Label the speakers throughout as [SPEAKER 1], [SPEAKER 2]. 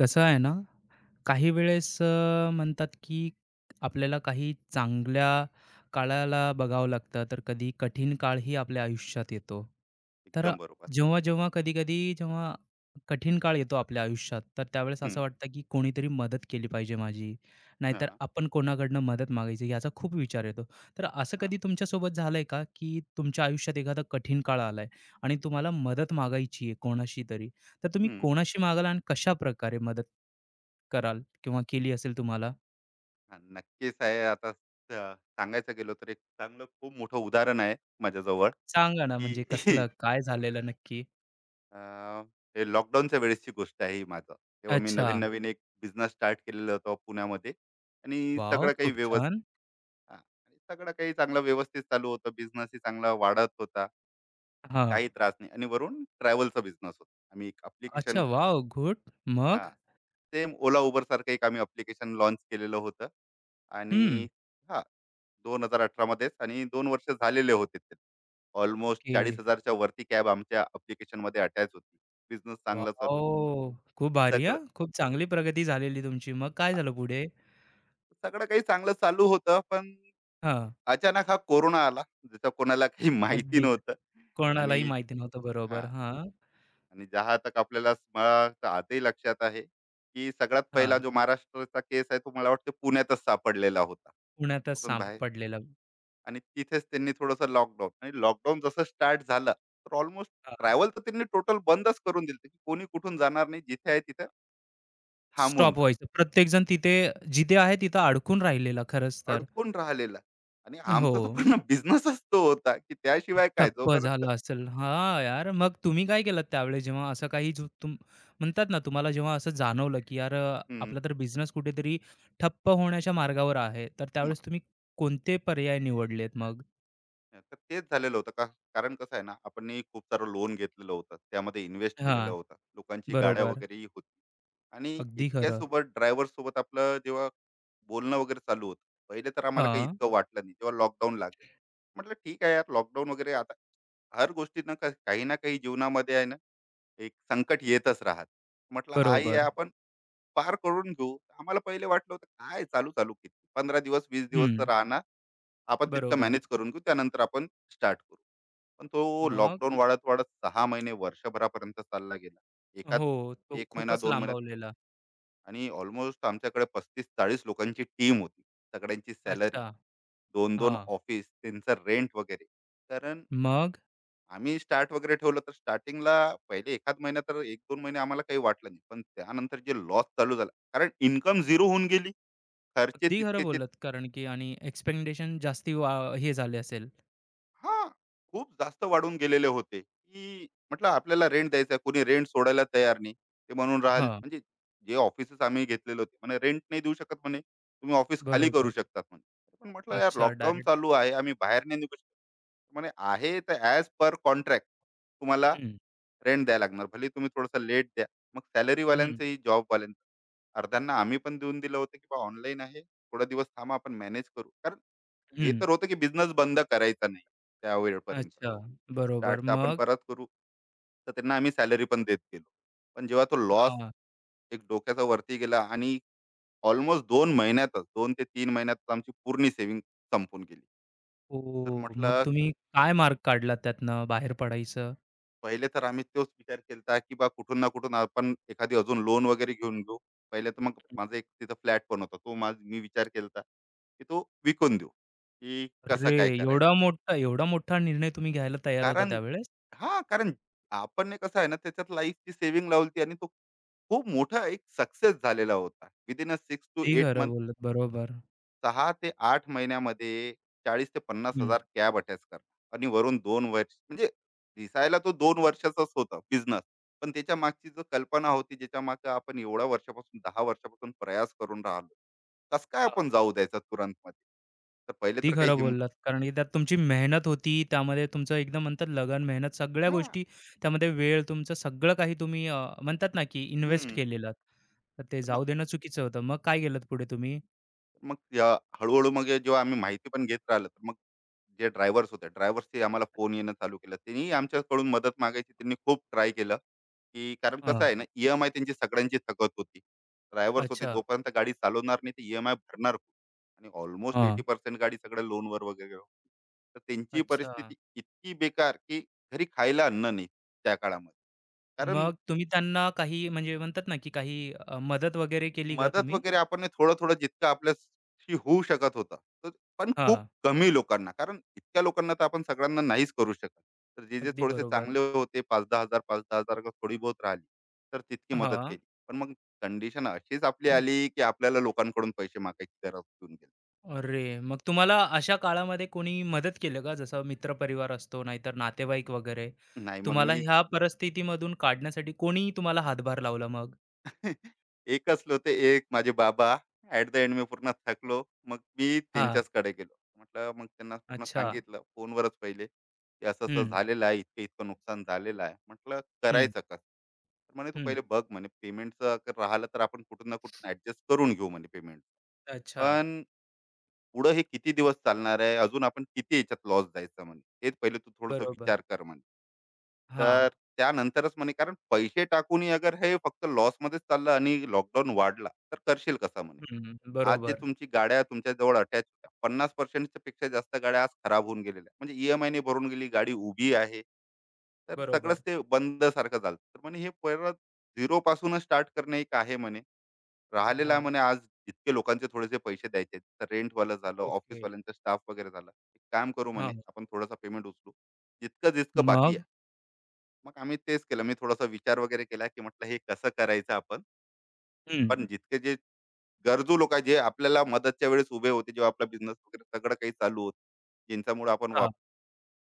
[SPEAKER 1] कसं आहे ना, काही वेळेस म्हणतात की आपल्याला काही चांगल्या काळाला बघावं लागतं, तर कधी कठीण काळही आपल्या आयुष्यात येतो. तर
[SPEAKER 2] एकदम बरोबर.
[SPEAKER 1] जेव्हा-जेव्हा, कधी-कधी जेव्हा कठीण काळ येतो आपल्या आयुष्यात, तर त्यावेळेस असं
[SPEAKER 2] हं.
[SPEAKER 1] वाटतं की कोणीतरी मदत केली पाहिजे माझी, नाहीतर
[SPEAKER 2] हां,
[SPEAKER 1] आपण कोणाकडनं मदत मागायची याचा खूप विचार येतो. तर असं
[SPEAKER 2] हां.
[SPEAKER 1] कधी तुमच्यासोबत झालंय का, की तुमच्या आयुष्यात एखादा कठीण काळ आलाय आणि तुम्हाला मदत मागायची आहे कोणाशी तरी? तर तुम्ही
[SPEAKER 2] हं.
[SPEAKER 1] कोणाशी मागाल आणि कशा प्रकारे मदत कराल किंवा केली असेल तुम्हाला?
[SPEAKER 2] हां, नक्कीच आहे. आता सांगायचं गेलो तर एक चांगलं खूप मोठं उदाहरण आहे माझ्याजवळ,
[SPEAKER 1] सांगा ना म्हणजे
[SPEAKER 2] की
[SPEAKER 1] कसलं काय झालेलं नक्की?
[SPEAKER 2] अ, हे लॉकडाऊनच्या वेळेसची गोष्ट आहे ही माझं. तेव्हा मी
[SPEAKER 1] अच्छा.
[SPEAKER 2] नवीन-नवीन एक बिझनेस स्टार्ट केलेला होता पुण्यामध्ये आणि
[SPEAKER 1] वाव,
[SPEAKER 2] सगळं काही
[SPEAKER 1] खूप छान.
[SPEAKER 2] हां, आणि सगळं काही चांगलं व्यवस्थित चालू होतं. बिझनेसही चांगला वाढत होता.
[SPEAKER 1] हां.
[SPEAKER 2] काही त्रास नाही आणि वरून ट्रॅव्हलचा बिझनेस होता. आम्ही एक
[SPEAKER 1] अच्छा
[SPEAKER 2] ॲप्लिकेशन
[SPEAKER 1] वॉव! गुड. मग?
[SPEAKER 2] हां. सेम Ola, Uber सारखं एक आम्ही ॲप्लिकेशन लॉन्च केलेलं होतं आणि
[SPEAKER 1] हं.
[SPEAKER 2] हां, 2018 मध्येच आणि 2 वर्ष झालेले होते ते. Almost
[SPEAKER 1] okay.
[SPEAKER 2] 40,000 च्या वरती कॅब आमच्या ॲप्लिकेशनमध्ये अटॅच होती. बिझनेस चांगला चालू,
[SPEAKER 1] वॉव! खूप भारी हां.
[SPEAKER 2] सगळं
[SPEAKER 1] खूप चांगली प्रगती झालेली तुमची. मग काय झालं पुढे?
[SPEAKER 2] सगळं काही चांगलं चालू होतं. पण
[SPEAKER 1] हां.
[SPEAKER 2] अचानक हा कोरोना आला, ज्याचा कोणाला काही माहिती
[SPEAKER 1] अगदी
[SPEAKER 2] नव्हतं हं.
[SPEAKER 1] कोणालाही
[SPEAKER 2] आणि
[SPEAKER 1] माहिती नव्हतं. बरोबर.
[SPEAKER 2] हां.
[SPEAKER 1] हां,
[SPEAKER 2] आणि जहा तक आपल्याला मला तर आजही लक्षात आहे, की सगळ्यात पहिला
[SPEAKER 1] हां.
[SPEAKER 2] जो महाराष्ट्राचा केस आहे, तो मला वाटतं पुण्यातच सापडलेला होता.
[SPEAKER 1] पुण्यातच
[SPEAKER 2] कुठून बाहेर
[SPEAKER 1] सापडलेलं.
[SPEAKER 2] आणि तिथेच त्यांनी थोडंसं लॉकडाऊन आणि लॉकडाऊन जसं स्टार्ट झालं तर ऑलमोस्ट
[SPEAKER 1] हां.
[SPEAKER 2] ट्रॅव्हल तर त्यांनी टोटल बंदच करून दिलं, की कोणी कुठून जाणार नाही, जिथे आहे तिथे थांबून
[SPEAKER 1] स्टॉप
[SPEAKER 2] जा.
[SPEAKER 1] व्हायचं. प्रत्येकजण तिथे जिथे आहे तिथं अडकून राहिलेला खरंच तर.
[SPEAKER 2] अडकून राहिलेला आणि
[SPEAKER 1] हो.
[SPEAKER 2] आमचा तो पूर्ण बिझनेसच तो होता, की त्याशिवाय काय
[SPEAKER 1] ठप्प
[SPEAKER 2] जोपर्यंत
[SPEAKER 1] झालं असेल. हां, यार मग तुम्ही काय केलत त्यावेळेस जेव्हा असं काही जो म्हणतात ना, तुम्हाला जेव्हा असं जाणवलं, की यार
[SPEAKER 2] हम्म.
[SPEAKER 1] आपला तर बिझनेस कुठेतरी ठप्प होण्याच्या मार्गावर आहे. तर त्यावेळेस तुम्ही कोणते पर्याय निवडलेत मग?
[SPEAKER 2] नाही, तर तेच झालेलं होतं का, कारण कसं आहे ना, आपण खूप सारं लोन घेतलेलं होतं, त्यामध्ये इन्व्हेस्ट केलेलं
[SPEAKER 1] हां,
[SPEAKER 2] होतं, लोकांची गाड्या बरोबर
[SPEAKER 1] बरोबर.
[SPEAKER 2] वगैरेही होती आणि
[SPEAKER 1] अगदी
[SPEAKER 2] इतक्या
[SPEAKER 1] खरं.
[SPEAKER 2] सोबत ड्रायव्हर सोबत आपलं जेव्हा बोलणं वगैरे चालू होतं. पहिले तर आम्हाला काही
[SPEAKER 1] हां,
[SPEAKER 2] इतकं वाटलं नाही, जेव्हा लॉकडाऊन लागलं. म्हटलं ठीक आहे यार, लॉकडाऊन वगैरे आता, हर गोष्टीनं काही ना काही जीवनामध्ये आहे ना, एक संकट येतच राहत. म्हटलं हाही आहे,
[SPEAKER 1] बरोबर.
[SPEAKER 2] आपण पार करून घेऊ. आम्हाला पहिले वाटलं होतं काय, चालू चालू किती, पंधरा दिवस वीस दिवस तर
[SPEAKER 1] हं,
[SPEAKER 2] राहणार, आपण तितकं
[SPEAKER 1] बरोबर.
[SPEAKER 2] मॅनेज करून घेऊ, त्यानंतर आपण स्टार्ट करू. पण तो
[SPEAKER 1] मग?
[SPEAKER 2] लॉकडाऊन वाढत वाढत 6 महिने वर्षभरापर्यंत चालला गेला. एकात
[SPEAKER 1] हो, तो
[SPEAKER 2] 1 महिना
[SPEAKER 1] खूपच
[SPEAKER 2] 2 महिन्यात
[SPEAKER 1] लांबवलेला.
[SPEAKER 2] आणि ऑलमोस्ट आमच्याकडे 35-40 लोकांची टीम होती. सगळ्यांची सॅलरी,
[SPEAKER 1] अच्छा.
[SPEAKER 2] दोन-दोन
[SPEAKER 1] हां.
[SPEAKER 2] ऑफिस, त्यांचं रेंट वगैरे. कारण
[SPEAKER 1] मग?
[SPEAKER 2] आम्ही स्टार्ट वगैरे ठेवलं तर स्टार्टिंगला पहिले एखाद महिना, तर 1-2 महिने आम्हाला काही वाटलं नाही. पण त्यानंतर जे लॉस चालू झाला, कारण इन्कम झिरो होऊन गेली. खर्चे
[SPEAKER 1] अगदी खरं
[SPEAKER 2] तितकेचे
[SPEAKER 1] बोललात, कारण की आणि एक्सपेक्टेशन जास्ती वा हे झाले असेल.
[SPEAKER 2] हा खूप जास्त वाढून गेलेले होते, की म्हटलं आपल्याला रेंट द्यायचा, कोणी रेंट सोडायला तयार नाही, ते म्हणून राहाल
[SPEAKER 1] हां,
[SPEAKER 2] म्हणजे जे ऑफिसेस आम्ही घेतलेले होते, म्हणे रेंट नाही देऊ शकत, म्हणे तुम्ही ऑफिस खाली करू
[SPEAKER 1] बरोबर.
[SPEAKER 2] शकतात म्हणे. पण म्हटलं यार,
[SPEAKER 1] अच्छा
[SPEAKER 2] लॉकडाऊन
[SPEAKER 1] डायरेक्ट.
[SPEAKER 2] चालू आहे, आम्ही बाहेर नाही निघू शकत. म्हणे आहे तर ॲज पर कॉन्ट्रॅक्ट तुम्हाला
[SPEAKER 1] हं,
[SPEAKER 2] रेंट द्यायला लागणार, भले तुम्ही थोडासा लेट द्या. मग
[SPEAKER 1] हं,
[SPEAKER 2] सॅलरीवाल्यांचंही जॉबवाल्यांचं अर्ध्यांना आम्ही पण देऊन दिलं होतं, की बा ऑनलाईन आहे, थोडा दिवस थांबा, आपण मॅनेज करू. कारण हे
[SPEAKER 1] हं.
[SPEAKER 2] तर होतं की बिझनेस बंद करायचा नाही त्या वेळपर्यंत.
[SPEAKER 1] अच्छा, बरोबर.
[SPEAKER 2] स्टार्ट तर आपण
[SPEAKER 1] मग
[SPEAKER 2] परत करू. तर त्यांना आम्ही सॅलरी पण देत गेलो. पण जेव्हा तो लॉस
[SPEAKER 1] अ,
[SPEAKER 2] एक डोक्याच्या वरती गेला आणि ऑलमोस्ट 2 महिन्यातच, दोन ते 3 महिन्यातच आमची पूर्ण सेव्हिंग संपून गेली. तर
[SPEAKER 1] ओ, मग
[SPEAKER 2] म्हटलं
[SPEAKER 1] तुम्ही काय मार्ग काढला त्यातनं बाहेर पडायचं?
[SPEAKER 2] पहिले तर आम्ही तोच विचार केलता, की बा कुठून ना कुठून आपण एखादी अजून लोन वगैरे घेऊन घेऊ. पहिले तर मग
[SPEAKER 1] हं.
[SPEAKER 2] माझा एक तिथं फ्लॅट पण होता. तो माझा मी विचार केलता, की तो विकून देऊ, की कसं
[SPEAKER 1] अरे!
[SPEAKER 2] काय करायचं.
[SPEAKER 1] एवढा मोठा, एवढा मोठा निर्णय तुम्ही घ्यायला तयार होता
[SPEAKER 2] कारण
[SPEAKER 1] त्यावेळेस.
[SPEAKER 2] हां, कारण आपण ने कसं आहे ना, त्याच्यात लाईफची सेव्हिंग लावली आणि तो खूप मोठा एक सक्सेस झालेला होता. विदिन 6 टू
[SPEAKER 1] अगदी
[SPEAKER 2] 8
[SPEAKER 1] खरं
[SPEAKER 2] मंथ,
[SPEAKER 1] बोललात. बरोबर.
[SPEAKER 2] 6 ते 8 महिन्यामध्ये 40,000 ते
[SPEAKER 1] हं.
[SPEAKER 2] 50,000 कॅब अटॅच करणं, आणि वरून दोन वर्ष म्हणजे दिसायला तो 2 वर्षाचाच होता बिझनेस. पण त्याच्या मागची जो कल्पना होती, ज्याच्या मागे आपण एवढ्या वर्षापासून 10 वर्षापासून प्रयास करून राहिलो. कसं काय
[SPEAKER 1] हां,
[SPEAKER 2] आपण जाऊ द्यायचा तुरंतमध्ये? तर पहिले
[SPEAKER 1] अगदी
[SPEAKER 2] तर काही
[SPEAKER 1] खरं बोललात. कारण की त्यात तुमची मेहनत होती. त्यामध्ये तुमचं एकदम म्हणतात लगन, मेहनत सगळ्या
[SPEAKER 2] हां.
[SPEAKER 1] गोष्टी, त्यामध्ये वेळ, तुमचं सगळं काही तुम्ही, म्हणतात ना, की इन्व्हेस्ट
[SPEAKER 2] हं.
[SPEAKER 1] केलेलात. तर ते
[SPEAKER 2] तर मग
[SPEAKER 1] जाऊ देणं चुकीचं होतं. मग काय केलत पुढे तुम्ही?
[SPEAKER 2] मग या हळूहळू मग हे जेव्हा आम्ही माहिती पण घेत राहिलो, तर मग जे ड्रायव्हर्स होते, ड्रायव्हर्सचे आम्हाला फोन येणं चालू केलं, त्यांनी आमच्याकडून मदत मागायची, त्यांनी खूप ट्राय केलं, की कारण कसं
[SPEAKER 1] हां,
[SPEAKER 2] आहे ना, ई एम आय त्यांची सगळ्यांची थकत होती. ड्रायव्हर्स होते,
[SPEAKER 1] अच्छा.
[SPEAKER 2] जोपर्यंत गाडी चालवणार नाही, ते ई एम आय भरणार कोण? आणि ऑलमोस्ट
[SPEAKER 1] हां.
[SPEAKER 2] एटी पर्सेंट गाडी सगळ्या लोनवर वगैरे होती. तर त्यांची
[SPEAKER 1] अच्छा.
[SPEAKER 2] परिस्थिती इतकी बेकार, की घरी खायला अन्न नाही त्या काळामध्ये. कारण
[SPEAKER 1] मग तुम्ही त्यांना काही म्हणजे म्हणतात ना, की काही मदत वगैरे केली का
[SPEAKER 2] मदत
[SPEAKER 1] तुम्ही?
[SPEAKER 2] वगैरे आपण हे थोडं-थोडं जितकं आपल्याशी होऊ शकत होतं, तर, पण खूप
[SPEAKER 1] हां.
[SPEAKER 2] कमी लोकांना. कारण इतक्या लोकांना तर आपण सगळ्यांना नाहीच करू शकत. तर जे-जे
[SPEAKER 1] अगदी
[SPEAKER 2] थोडेसे
[SPEAKER 1] बरोबर.
[SPEAKER 2] चांगले होते, 5,000-10,000 का थोडी बहुत राहिली, तर तितकी मदत
[SPEAKER 1] हां.
[SPEAKER 2] केली. पण मग कंडिशन अशीच आपली आली, की आपल्याला लोकांकडून पैसे मागायची गरज पडून गेली.
[SPEAKER 1] अरे! मग तुम्हाला अशा काळामध्ये कोणी मदत केलं का? जसं मित्रपरिवार असतो, नाहीतर नातेवाईक वगैरे.
[SPEAKER 2] नाही मग
[SPEAKER 1] तुम्हाला
[SPEAKER 2] मी
[SPEAKER 1] ह्या परिस्थितीमधून काढण्यासाठी कोणी तुम्हाला हातभार लावला मग?
[SPEAKER 2] एकच होते, एक माझे बाबा. ऍट द एंड मी पूर्ण थकलो. मग मी
[SPEAKER 1] हां.
[SPEAKER 2] त्यांच्याचकडे गेलो, म्हटलं, मग त्यांना पूर्ण
[SPEAKER 1] अच्छा.
[SPEAKER 2] सांगितलं फोनवरच पहिले, की असं असं
[SPEAKER 1] हं,
[SPEAKER 2] झालेलं आहे, इतकं इतकं नुकसान झालेलं आहे, म्हटलं
[SPEAKER 1] हं,
[SPEAKER 2] करायचं कसं. तर म्हणे, तू
[SPEAKER 1] हं.
[SPEAKER 2] पहिले बघ म्हणे, पेमेंटचं राहिलं तर आपण कुठून ना कुठून ऍडजस्ट करून घेऊ म्हणे पेमेंट.
[SPEAKER 1] अच्छा.
[SPEAKER 2] पण पुढं हे किती दिवस चालणार आहे? अजून आपण किती याच्यात लॉस जायचा म्हणे. तेच पहिले तू थोडासा
[SPEAKER 1] बरोबर.
[SPEAKER 2] विचार कर म्हणे.
[SPEAKER 1] हां.
[SPEAKER 2] तर त्यानंतरच म्हणे, कारण पैसे टाकूनही अगर हे फक्त लॉसमध्येच चाललं आणि लॉकडाऊन वाढला, तर करशील कसा म्हणे.
[SPEAKER 1] हं,
[SPEAKER 2] आज जे
[SPEAKER 1] बरोबर,
[SPEAKER 2] तुमची गाड्या तुमच्याजवळ अटॅच होत्या, 50% पेक्षा जास्त गाड्या आज खराब होऊन गेलेल्या आहेत. म्हणजे ई एम भरून गेली, गाडी उभी आहे. तर सगळंच
[SPEAKER 1] बरोबर.
[SPEAKER 2] ते बंद सारखं झालं. तर म्हणे हे परत झिरोपासूनच स्टार्ट करणे एक आहे म्हणे. राहिलेला आहे
[SPEAKER 1] हां.
[SPEAKER 2] म्हणे आज इतके लोकांचे थोडेसे पैसे द्यायचे आहेत. तर रेंटवालं झालं,
[SPEAKER 1] ओके.
[SPEAKER 2] ऑफिसवाल्यांचा स्टाफ वगैरे झाला. एक काम करू म्हणे,
[SPEAKER 1] हां.
[SPEAKER 2] आपण थोडासा पेमेंट उचलू. जितकं-जितकं बाकी
[SPEAKER 1] मग?
[SPEAKER 2] आहे. मग आम्ही तेच केलं. मी थोडासा विचार वगैरे केला, की म्हटलं, हे कसं करायचं आपण?
[SPEAKER 1] हं.
[SPEAKER 2] पण जितके जे गरजू लोक आहेत, जे आपल्याला मदतच्या वेळेस उभे होते, जेव्हा आपला बिझनेस वगैरे सगळं काही चालू होतं, ज्यांच्यामुळे आपण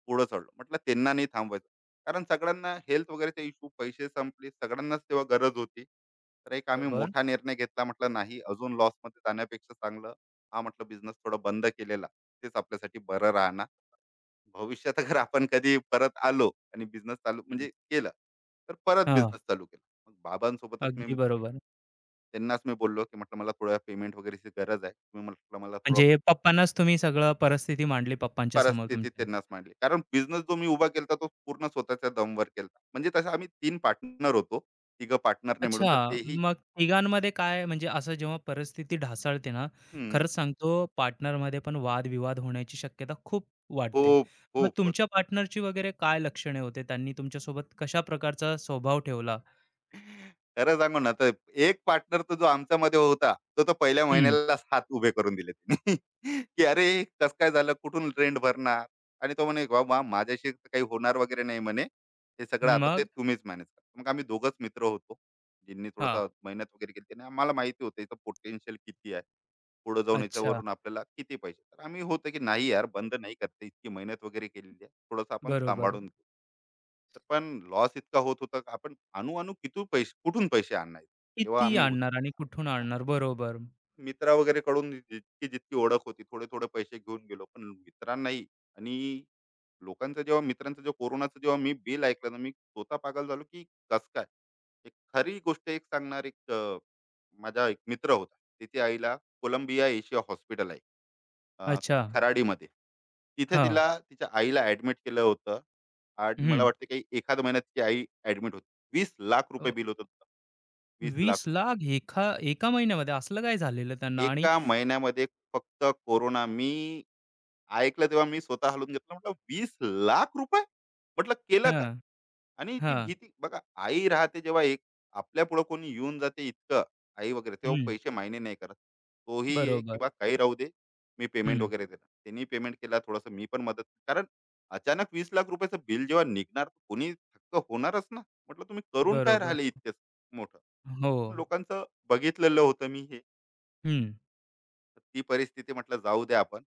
[SPEAKER 2] पुढं चढलो, म्हटलं त्यांना नाही थांबवायचं. कारण सगळ्यांना हेल्थ वगैरेचे इश्यू, पैसे संपले, सगळ्यांनाच तेव्हा गरज होती. तर एक आम्ही
[SPEAKER 1] बरोबर.
[SPEAKER 2] मोठा निर्णय घेतला, म्हटलं नाही, अजून लॉसमध्ये जाण्यापेक्षा चांगलं हा, म्हटलं बिझनेस थोडा बंद केलेला तेच आपल्यासाठी बरं राहणार. भविष्यात अगर आपण कधी परत आलो आणि बिझनेस चालू
[SPEAKER 1] हं.
[SPEAKER 2] म्हणजे केलं, तर परत
[SPEAKER 1] हां,
[SPEAKER 2] बिझनेस चालू केला. मग बाबांसोबतच
[SPEAKER 1] अगदी
[SPEAKER 2] मी
[SPEAKER 1] बरोबर.
[SPEAKER 2] त्यांनाच मी बोललो, की म्हटलं मला थोडं पेमेंट वगैरेची गरज आहे, तुम्ही म्हटलं मला थोडं
[SPEAKER 1] म्हणजे पप्पांनाच तुम्ही सगळं परिस्थिती मांडली पप्पांच्या समोर
[SPEAKER 2] परिस्थिती
[SPEAKER 1] तुमच्या.
[SPEAKER 2] त्यांनाच मांडली. कारण बिझनेस जो मी उभा केला, तो पूर्ण स्वतःच्या दमवर केला. म्हणजे तसं आम्ही तीन पार्टनर होतो. तिघं पार्टनरने मिळून, तर
[SPEAKER 1] अच्छा,
[SPEAKER 2] तेही
[SPEAKER 1] मग तिघांमध्ये काय म्हणजे असं जेव्हा परिस्थिती ढासळते ना,
[SPEAKER 2] हं,
[SPEAKER 1] खरंच सांगतो पार्टनरमध्ये पण वादविवाद होण्याची शक्यता खूप वाटते.
[SPEAKER 2] खूप,
[SPEAKER 1] मग
[SPEAKER 2] खूप होत.
[SPEAKER 1] तुमच्या पार्टनरची वगैरे काय लक्षणे होते? त्यांनी तुमच्यासोबत कशा प्रकारचा स्वभाव ठेवला?
[SPEAKER 2] खरं सांगू ना, तर एक पार्टनर तो जो आमच्यामध्ये होता, तो तर पहिल्या
[SPEAKER 1] हं,
[SPEAKER 2] महिन्यालाच हात उभे करून दिले त्यांनी, की "अरे, कसं काय झालं? कुठून रेंट भरणार?" आणि तो म्हणे, "बाबा, माझ्याशी तर काही होणार वगैरे नाही म्हणे. हे सगळं आता ते
[SPEAKER 1] मग?
[SPEAKER 2] तुम्हीच मॅनेज करा." मग आम्ही दोघंच मित्र होतो, ज्यांनी
[SPEAKER 1] हां,
[SPEAKER 2] थोडासा मेहनत वगैरे केली. त्यांनी आम्हाला माहिती होतं याचं पोटेन्शियल किती आहे. पुढे जाऊन
[SPEAKER 1] अच्छा,
[SPEAKER 2] याच्यावरून आपल्याला किती पैसे, तर आम्ही होतं की नाही यार, बंद नाही करते, इतकी मेहनत वगैरे केलेली आहे, थोडंसं आपण
[SPEAKER 1] बरोबर.
[SPEAKER 2] सांभाळून घेऊ. तर पण लॉस इतका होत होता का आपण, अणू अणू किती पैसे, कुठून पैसे आणायचे. तेव्हा
[SPEAKER 1] किती
[SPEAKER 2] आम्ही
[SPEAKER 1] आणणार आणि कुठून आणणार? बरोबर.
[SPEAKER 2] मित्रा वगैरे कडून जितकी जितकी ओळख होती, थोडे थोडे पैसे घेऊन गेलो, पण मित्रांनाही आणि लोकांचं जेव्हा, मित्रांचं जेव्हा, कोरोनाचं जेव्हा मी बिल ऐकलं ना, मी स्वतः पागल झालो, की कस काय. एक खरी गोष्ट एक सांगणार, एक माझा एक मित्र होता, तिच्या आईला कोलंबिया एशिया हॉस्पिटल आहे, अं,
[SPEAKER 1] अच्छा,
[SPEAKER 2] खराडीमध्ये, तिथे
[SPEAKER 1] हां,
[SPEAKER 2] तिला तिच्या आईला ऍडमिट केलं होतं. आड मला
[SPEAKER 1] हं.
[SPEAKER 2] वाटतं काही एखाद महिन्यात तिची आई ॲडमिट होती. 20,00,000 बिल होतं तिचं. 20,00,000
[SPEAKER 1] ₹20,00,000 एका एका महिन्यामध्ये असलं काय झालेलं त्यांना? आणि
[SPEAKER 2] एका महिन्यामध्ये फक्त कोरोना. मी ऐकलं तेव्हा मी स्वतः हलून घेतलं. म्हटलं ₹20,00,000, म्हटलं केलं.
[SPEAKER 1] हां,
[SPEAKER 2] आणि ती
[SPEAKER 1] हां.
[SPEAKER 2] भीती बघा, आई राहते जेव्हा एक आपल्या पुढे कोणी येऊन जाते, इतकं आई वगैरे तेव्हा
[SPEAKER 1] हं.
[SPEAKER 2] पैसे मायने नाही करत, तोही आहे की
[SPEAKER 1] बरोबर.
[SPEAKER 2] बा काही राहू दे, मी पेमेंट
[SPEAKER 1] हं.
[SPEAKER 2] वगैरे देणार. त्यांनी पेमेंट केला, थोडस मी पण मदत. कारण अचानक वीस लाख रुपयाचं बिल जेव्हा निघणार, कोणी थक्क होणारच ना, म्हटलं तुम्ही करून काय
[SPEAKER 1] बरोबर.
[SPEAKER 2] राहिले, इतकेच मोठं.
[SPEAKER 1] हो.
[SPEAKER 2] पण लोकांचं बघितलेलं होतं मी हे,
[SPEAKER 1] हं.
[SPEAKER 2] तर ती परिस्थिती म्हटलं जाऊ द्या, आपण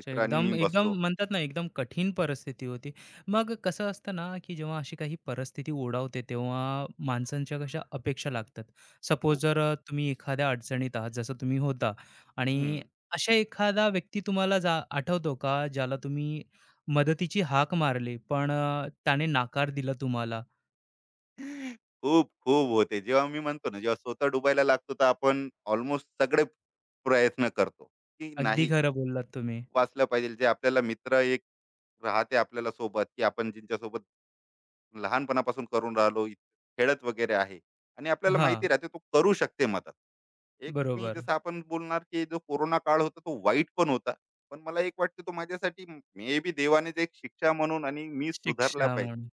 [SPEAKER 1] अच्छा,
[SPEAKER 2] आणि मी
[SPEAKER 1] एकदम एकदम
[SPEAKER 2] बसलो.
[SPEAKER 1] म्हणतात ना, एकदम कठीण परिस्थिती होती. मग कसं असतं ना, की जेव्हा अशी काही परिस्थिती ओढावते, तेव्हा माणसांच्या कशा अपेक्षा लागतात. सपोज जर तुम्ही एखाद्या अडचणीत आहात, जसं तुम्ही होता आणि
[SPEAKER 2] खूप
[SPEAKER 1] अशा एखादा व्यक्ती तुम्हाला जा आठवतो का, ज्याला तुम्ही मदतीची हाक मारली, पण त्याने नकार दिला तुम्हाला?
[SPEAKER 2] खूप खूप होते. जेव्हा मी म्हणतो ना, जेव्हा स्वतः डुबायला लागतो, तर आपण ऑलमोस्ट सगळे प्रयत्न करतो, की
[SPEAKER 1] अगदी
[SPEAKER 2] नाही
[SPEAKER 1] खरं बोललात तुम्ही.
[SPEAKER 2] वाचलं पाहिजे. जे आपल्याला मित्र एक राहते आपल्याला सोबत, की आपण ज्यांच्यासोबत लहानपणापासून करून राहिलो, खेळत वगैरे आहे, आणि आपल्याला
[SPEAKER 1] हां,
[SPEAKER 2] माहिती राहते तो करू शकते मदत. एक मी
[SPEAKER 1] बरोबर.
[SPEAKER 2] जसं आपण बोलणार, की जो कोरोना काळ होता, तो वाईट पण होता. पण मला एक वाटतं तो माझ्यासाठी मे बी देवानेच एक शिक्षा म्हणून, आणि मी सुधारला
[SPEAKER 1] शिक्षा
[SPEAKER 2] पाहिजे,
[SPEAKER 1] म्हणून.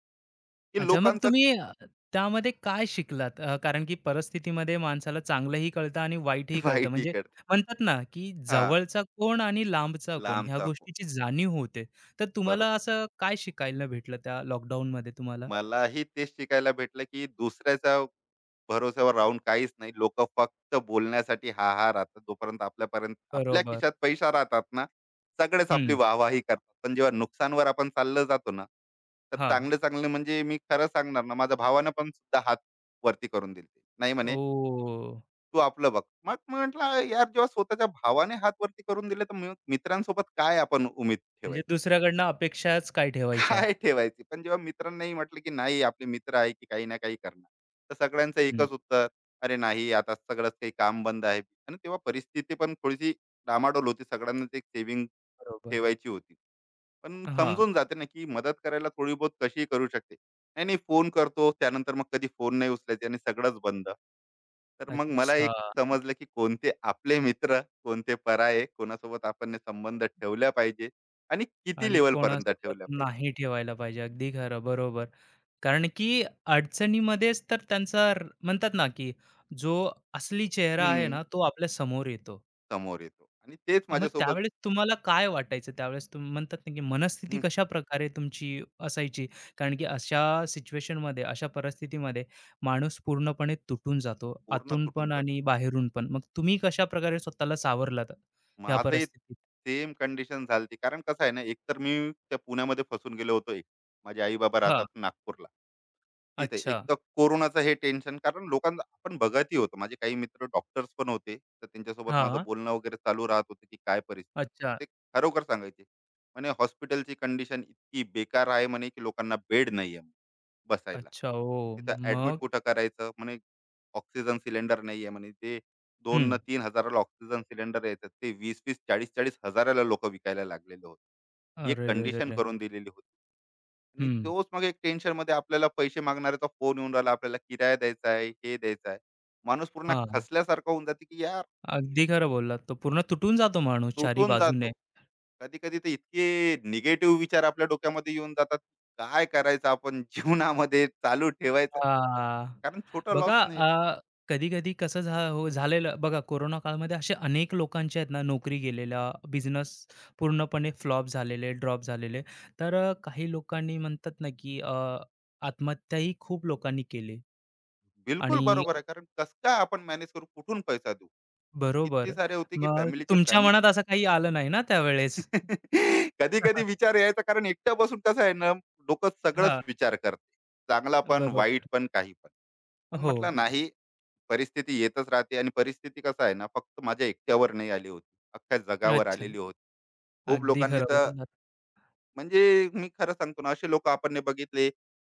[SPEAKER 2] की
[SPEAKER 1] अच्छा, मग
[SPEAKER 2] लोकांचा
[SPEAKER 1] तुम्ही, त्यामध्ये काय शिकलात? कारण की परिस्थितीमध्ये माणसाला चांगलंही कळतं आणि वाईटही कळतं.
[SPEAKER 2] वाईटही
[SPEAKER 1] म्हणजे
[SPEAKER 2] करते.
[SPEAKER 1] म्हणतात ना, की
[SPEAKER 2] हां,
[SPEAKER 1] जवळचा कोण आणि लांबचा कोण ह्या
[SPEAKER 2] लांबचा
[SPEAKER 1] गोष्टीची जाणीव होते. तर तुम्हाला
[SPEAKER 2] बरोबर.
[SPEAKER 1] असं काय शिकायला भेटलं त्या लॉकडाऊनमध्ये तुम्हाला?
[SPEAKER 2] मलाही तेच शिकायला भेटलं, की दुसऱ्याच्या भरोश्यावर राहून काहीच नाही. लोकं फक्त बोलण्यासाठी हां-हां राहतात. जोपर्यंत आपल्यापर्यंत आपल्या
[SPEAKER 1] बरोबर.
[SPEAKER 2] खिशात पैसा राहतात ना, सगळेच आपली
[SPEAKER 1] हं.
[SPEAKER 2] वाहवाही करतात. पण जेव्हा नुकसानवर आपण चाललं जातो ना, तर
[SPEAKER 1] हां.
[SPEAKER 2] चांगले-चांगले, म्हणजे मी खरं सांगणार ना, माझ्या भावानं पण सुद्धा हात वरती करून दिले. नाही म्हणे,
[SPEAKER 1] ओह!
[SPEAKER 2] "तू आपलं बघ." मग म्हटलं, "यार, जेव्हा स्वतःच्या भावाने हात वरती करून दिले, तर मग मित्रांसोबत काय आपण उम्मीद
[SPEAKER 1] म्हणजे
[SPEAKER 2] ठेवायची?"
[SPEAKER 1] दुसऱ्याकडनं अपेक्षाच काय ठेवायच्या.
[SPEAKER 2] काय ठेवायची? पण जेव्हा मित्रांनाही म्हटलं, की नाही, आपले मित्र आहे, की काही ना काही करणार. तर सगळ्यांचं
[SPEAKER 1] हं.
[SPEAKER 2] एकच उत्तर, "अरे नाही, आता सगळंच काही काम बंद आहे." आणि तेव्हा परिस्थिती पण थोडीशी डामाडोल होती. सगळ्यांनाच एक सेव्हिंग
[SPEAKER 1] बरोबर.
[SPEAKER 2] ठेवायची होती. पण
[SPEAKER 1] हां.
[SPEAKER 2] समजून जाते ना, की मदत करायला थोडी बहुत कशी करू शकते. नाही, नाही फोन करतो, त्यानंतर मग कधी फोन नाही उचलायचे आणि सगळंच बंद. तर मग मला
[SPEAKER 1] अच्छा.
[SPEAKER 2] एक समजलं, की कोणते आपले मित्र, कोणते पराये, कोणासोबत आपण हे संबंध ठेवला पाहिजे, आणि किती
[SPEAKER 1] आणि
[SPEAKER 2] लेव्हलपर्यंत
[SPEAKER 1] कोणासोबत
[SPEAKER 2] ठेवला पाहिजे.
[SPEAKER 1] नाही ठेवायला पाहिजे. अगदी खरं, बरोबर. कारण की अडचणीमध्येच तर त्यांचा म्हणतात ना, की जो असली चेहरा आहे
[SPEAKER 2] हं,
[SPEAKER 1] ना, तो आपल्या समोर येतो.
[SPEAKER 2] समोर येतो, आणि तेच
[SPEAKER 1] मग
[SPEAKER 2] माझ्यासोबत
[SPEAKER 1] त्यावेळेस तुम्हाला काय वाटायचं? त्यावेळेस तुम्ही म्हणतात ना, की मनस्थिती
[SPEAKER 2] हं,
[SPEAKER 1] कशा प्रकारे तुमची असायची? कारण की अशा सिच्युएशनमध्ये, अशा परिस्थितीमध्ये माणूस पूर्णपणे तुटून जातो,
[SPEAKER 2] पूर्ण
[SPEAKER 1] आतून
[SPEAKER 2] तुटून
[SPEAKER 1] पण
[SPEAKER 2] जातो.
[SPEAKER 1] आणि बाहेरून पण. मग तुम्ही कशाप्रकारे स्वतःला सावरलात या
[SPEAKER 2] माझंही
[SPEAKER 1] परिस्थितीत?
[SPEAKER 2] सेम कंडिशन झाली, कारण कसं आहे ना, एकतर मी त्या पुण्यामध्ये फसून गेलो होतो एक. माझे आई-बाबा
[SPEAKER 1] हां.
[SPEAKER 2] राहतात नागपूरला. तिथे
[SPEAKER 1] अच्छा.
[SPEAKER 2] एक तर कोरोनाचं हे टेन्शन, कारण लोकांना आपण बघतही होतो. माझे काही मित्र डॉक्टर्स पण होते. तर त्यांच्यासोबत माझं
[SPEAKER 1] हां.
[SPEAKER 2] बोलणं वगैरे चालू राहत होतं, की काय
[SPEAKER 1] अच्छा.
[SPEAKER 2] परिस्थिती. तर ते खरोखर सांगायचे. म्हणे हॉस्पिटलची कंडिशन इतकी बेकार आहे म्हणे, की लोकांना बेड नाहीये बसायला.
[SPEAKER 1] अच्छा, ओ,
[SPEAKER 2] तिथं ॲडमिट
[SPEAKER 1] मग?
[SPEAKER 2] कुठं करायचं? म्हणे ऑक्सिजन सिलेंडर नाही आहे म्हणे, ते दोन
[SPEAKER 1] हं.
[SPEAKER 2] न तीन हजाराला ऑक्सिजन सिलेंडर येतात, ते वीस वीस चाळीस चाळीस हजाराला लोक विकायला लागलेले होते. ही एक कंडिशन
[SPEAKER 1] अरेरेरेरे!
[SPEAKER 2] करून दिलेली होती. आणि
[SPEAKER 1] हं.
[SPEAKER 2] तोच मग एक टेन्शन मध्ये आपल्याला पैसे मागणाऱ्याचा फोन येऊन राहिला, आपल्याला किराया द्यायचा आहे, हे द्यायचा आहे. माणूस पूर्ण
[SPEAKER 1] हां.
[SPEAKER 2] खसल्यासारखा होऊन जाते, की यार
[SPEAKER 1] अगदी खरं बोललात. तो पूर्ण तुटून जातो माणूस चारी
[SPEAKER 2] तुटून जातो.
[SPEAKER 1] बाजूने.
[SPEAKER 2] कधी कधी तर इतके निगेटिव्ह विचार आपल्या डोक्यामध्ये येऊन जातात, काय करायचं आपण जीवनामध्ये चालू ठेवायचं,
[SPEAKER 1] हां.
[SPEAKER 2] कारण छोटा
[SPEAKER 1] बघा
[SPEAKER 2] लॉस नाही.
[SPEAKER 1] कधी-कधी कसं हो झालेलं बघा कोरोना काळामध्ये, असे अनेक लोकांचे आहेत ना नोकरी गेलेल्या, बिझनेस पूर्णपणे फ्लॉप झालेले, ड्रॉप झालेले. तर काही लोकांनी म्हणतात ना, की आत्महत्याही खूप लोकांनी केली
[SPEAKER 2] बिलकुल
[SPEAKER 1] आणि
[SPEAKER 2] बरोबर आहे, कारण कसं काय आपण मॅनेज करू, कुठून पैसा देऊ,
[SPEAKER 1] बरोबर.
[SPEAKER 2] किती सारे होते की
[SPEAKER 1] मग
[SPEAKER 2] फॅमिलीचे
[SPEAKER 1] तुमच्या
[SPEAKER 2] फॅमिली.
[SPEAKER 1] मनात असं काही आलं नाही ना त्यावेळेस?
[SPEAKER 2] कधी कधी विचार यायचा, कारण एकटा बसून, कसं आहे ना, डोकं सगळंच
[SPEAKER 1] हां.
[SPEAKER 2] विचार करते, चांगला पण, वाईट
[SPEAKER 1] बरोबर.
[SPEAKER 2] पण, काही पण. पण
[SPEAKER 1] हो.
[SPEAKER 2] म्हटलं नाही, परिस्थिती येतच राहते, आणि परिस्थिती कसं आहे ना, फक्त माझ्या एकट्यावर नाही आली होती, अख्ख्या जगावर
[SPEAKER 1] अच्छा.
[SPEAKER 2] आलेली होती. खूप
[SPEAKER 1] अगदी
[SPEAKER 2] लोकांनी
[SPEAKER 1] खरं
[SPEAKER 2] तर,
[SPEAKER 1] बोललात.
[SPEAKER 2] म्हणजे मी खरं सांगतो ना, असे लोक आपण ने बघितले,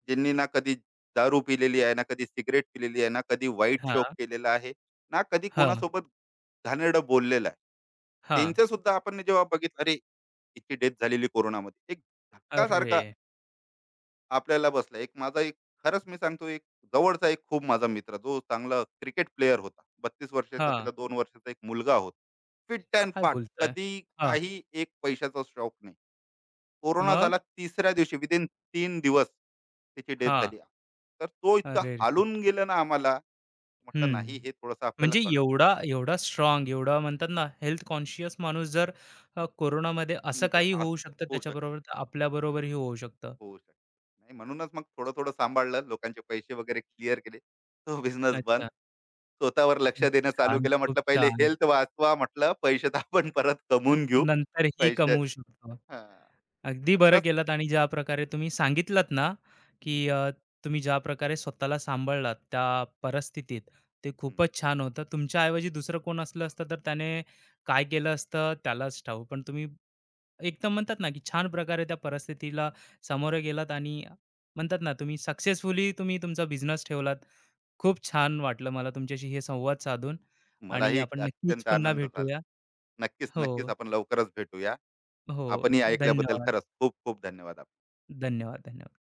[SPEAKER 2] ज्यांनी ना कधी दारू पिलेली आहे, ना कधी सिगरेट पिलेली आहे, ना कधी वाईट शौक
[SPEAKER 1] हां,
[SPEAKER 2] केलेला आहे, ना कधी
[SPEAKER 1] हां,
[SPEAKER 2] कोणासोबत घाणेरडं बोललेलं आहे.
[SPEAKER 1] हां.
[SPEAKER 2] त्यांचं सुद्धा आपण ने जेव्हा बघितलं, अरे, हिची डेथ झालेली कोरोनामध्ये. एक
[SPEAKER 1] अरे!
[SPEAKER 2] धक्कासारखा आपल्याला बसला. एक माझा एक खरंच मी सांगतो, एक जवळचा एक खूप माझा मित्र, जो चांगला क्रिकेट प्लेयर होता. 32 वर्षाचा,
[SPEAKER 1] हां.
[SPEAKER 2] त्याला 2 वर्षाचा एक मुलगा होता. फिट अँड
[SPEAKER 1] काय
[SPEAKER 2] फाट,
[SPEAKER 1] बोलताय?
[SPEAKER 2] कधी
[SPEAKER 1] हां.
[SPEAKER 2] काही एक पैशाचा शौक नाही. कोरोना
[SPEAKER 1] मग?
[SPEAKER 2] झाला, तिसऱ्या दिवशी विदिन 3 दिवस त्याची डेथ
[SPEAKER 1] हां.
[SPEAKER 2] झाली. तर तो इतका
[SPEAKER 1] अरे रे.
[SPEAKER 2] हालून गेलं ना आम्हाला, म्हटलं
[SPEAKER 1] हं.
[SPEAKER 2] नाही, हे थोडंसं आपल्याला
[SPEAKER 1] म्हणजे एवढा एवढा स्ट्राँग, एवढा म्हणतात ना हेल्थ कॉन्शियस माणूस जर, कोरोनामध्ये असं
[SPEAKER 2] म्हणजे
[SPEAKER 1] काही होऊ
[SPEAKER 2] असं
[SPEAKER 1] शकतं
[SPEAKER 2] होऊ शकतं,
[SPEAKER 1] त्याच्याबरोबर, तर आपल्याबरोबरही होऊ शकतं.
[SPEAKER 2] होऊ शकतं. नाही म्हणूनच मग थोडं-थोडं सांभाळलं. लोकांचे पैसे वगैरे क्लिअर केले. तो बिझनेस बंद.
[SPEAKER 1] अच्छा.
[SPEAKER 2] स्वतःवर लक्ष
[SPEAKER 1] खूप
[SPEAKER 2] देणं चालू
[SPEAKER 1] छान,
[SPEAKER 2] केलं.
[SPEAKER 1] खूप
[SPEAKER 2] म्हटलं पहिले
[SPEAKER 1] छान.
[SPEAKER 2] हेल्थ वाचवा म्हटलं, पैसे तर आपण परत
[SPEAKER 1] अ,
[SPEAKER 2] कमवून घेऊ.
[SPEAKER 1] नंतरही
[SPEAKER 2] पैसे
[SPEAKER 1] कमवू शकतो.
[SPEAKER 2] हां.
[SPEAKER 1] अगदी
[SPEAKER 2] तर
[SPEAKER 1] बरं
[SPEAKER 2] तस
[SPEAKER 1] केलात आणि ज्या प्रकारे तुम्ही सांगितलात ना, की
[SPEAKER 2] हं,
[SPEAKER 1] तुम्ही ज्या प्रकारे स्वतःला सांभाळलात त्या परिस्थितीत, ते
[SPEAKER 2] हं.
[SPEAKER 1] खूपच छान होतं. तुमच्याऐवजी दुसरं कोण असलं असतं, तर त्याने काय केलं असतं त्यालाच ठाऊक. पण तुम्ही एकदम म्हणतात ना, की छान प्रकारे त्या परिस्थितीला सामोरे गेलात आणि म्हणतात ना, तुम्ही सक्सेसफुली तुम्ही तुमचा बिझनेस ठेवलात. खूप छान वाटलं मला तुमच्याशी हे संवाद साधून आणि
[SPEAKER 2] मलाही
[SPEAKER 1] आपण नक्कीच
[SPEAKER 2] अत्यंत
[SPEAKER 1] पुन्हा
[SPEAKER 2] आनंद झाला.
[SPEAKER 1] भेटूया.
[SPEAKER 2] नक्कीच, नक्कीच
[SPEAKER 1] हो,
[SPEAKER 2] आपण लवकरच भेटूया.
[SPEAKER 1] हो.
[SPEAKER 2] आपणही ऐकल्याबद्दल
[SPEAKER 1] धन्यवाद.
[SPEAKER 2] खरंच खूप खूप धन्यवाद आपले
[SPEAKER 1] धन्यवाद, धन्यवाद.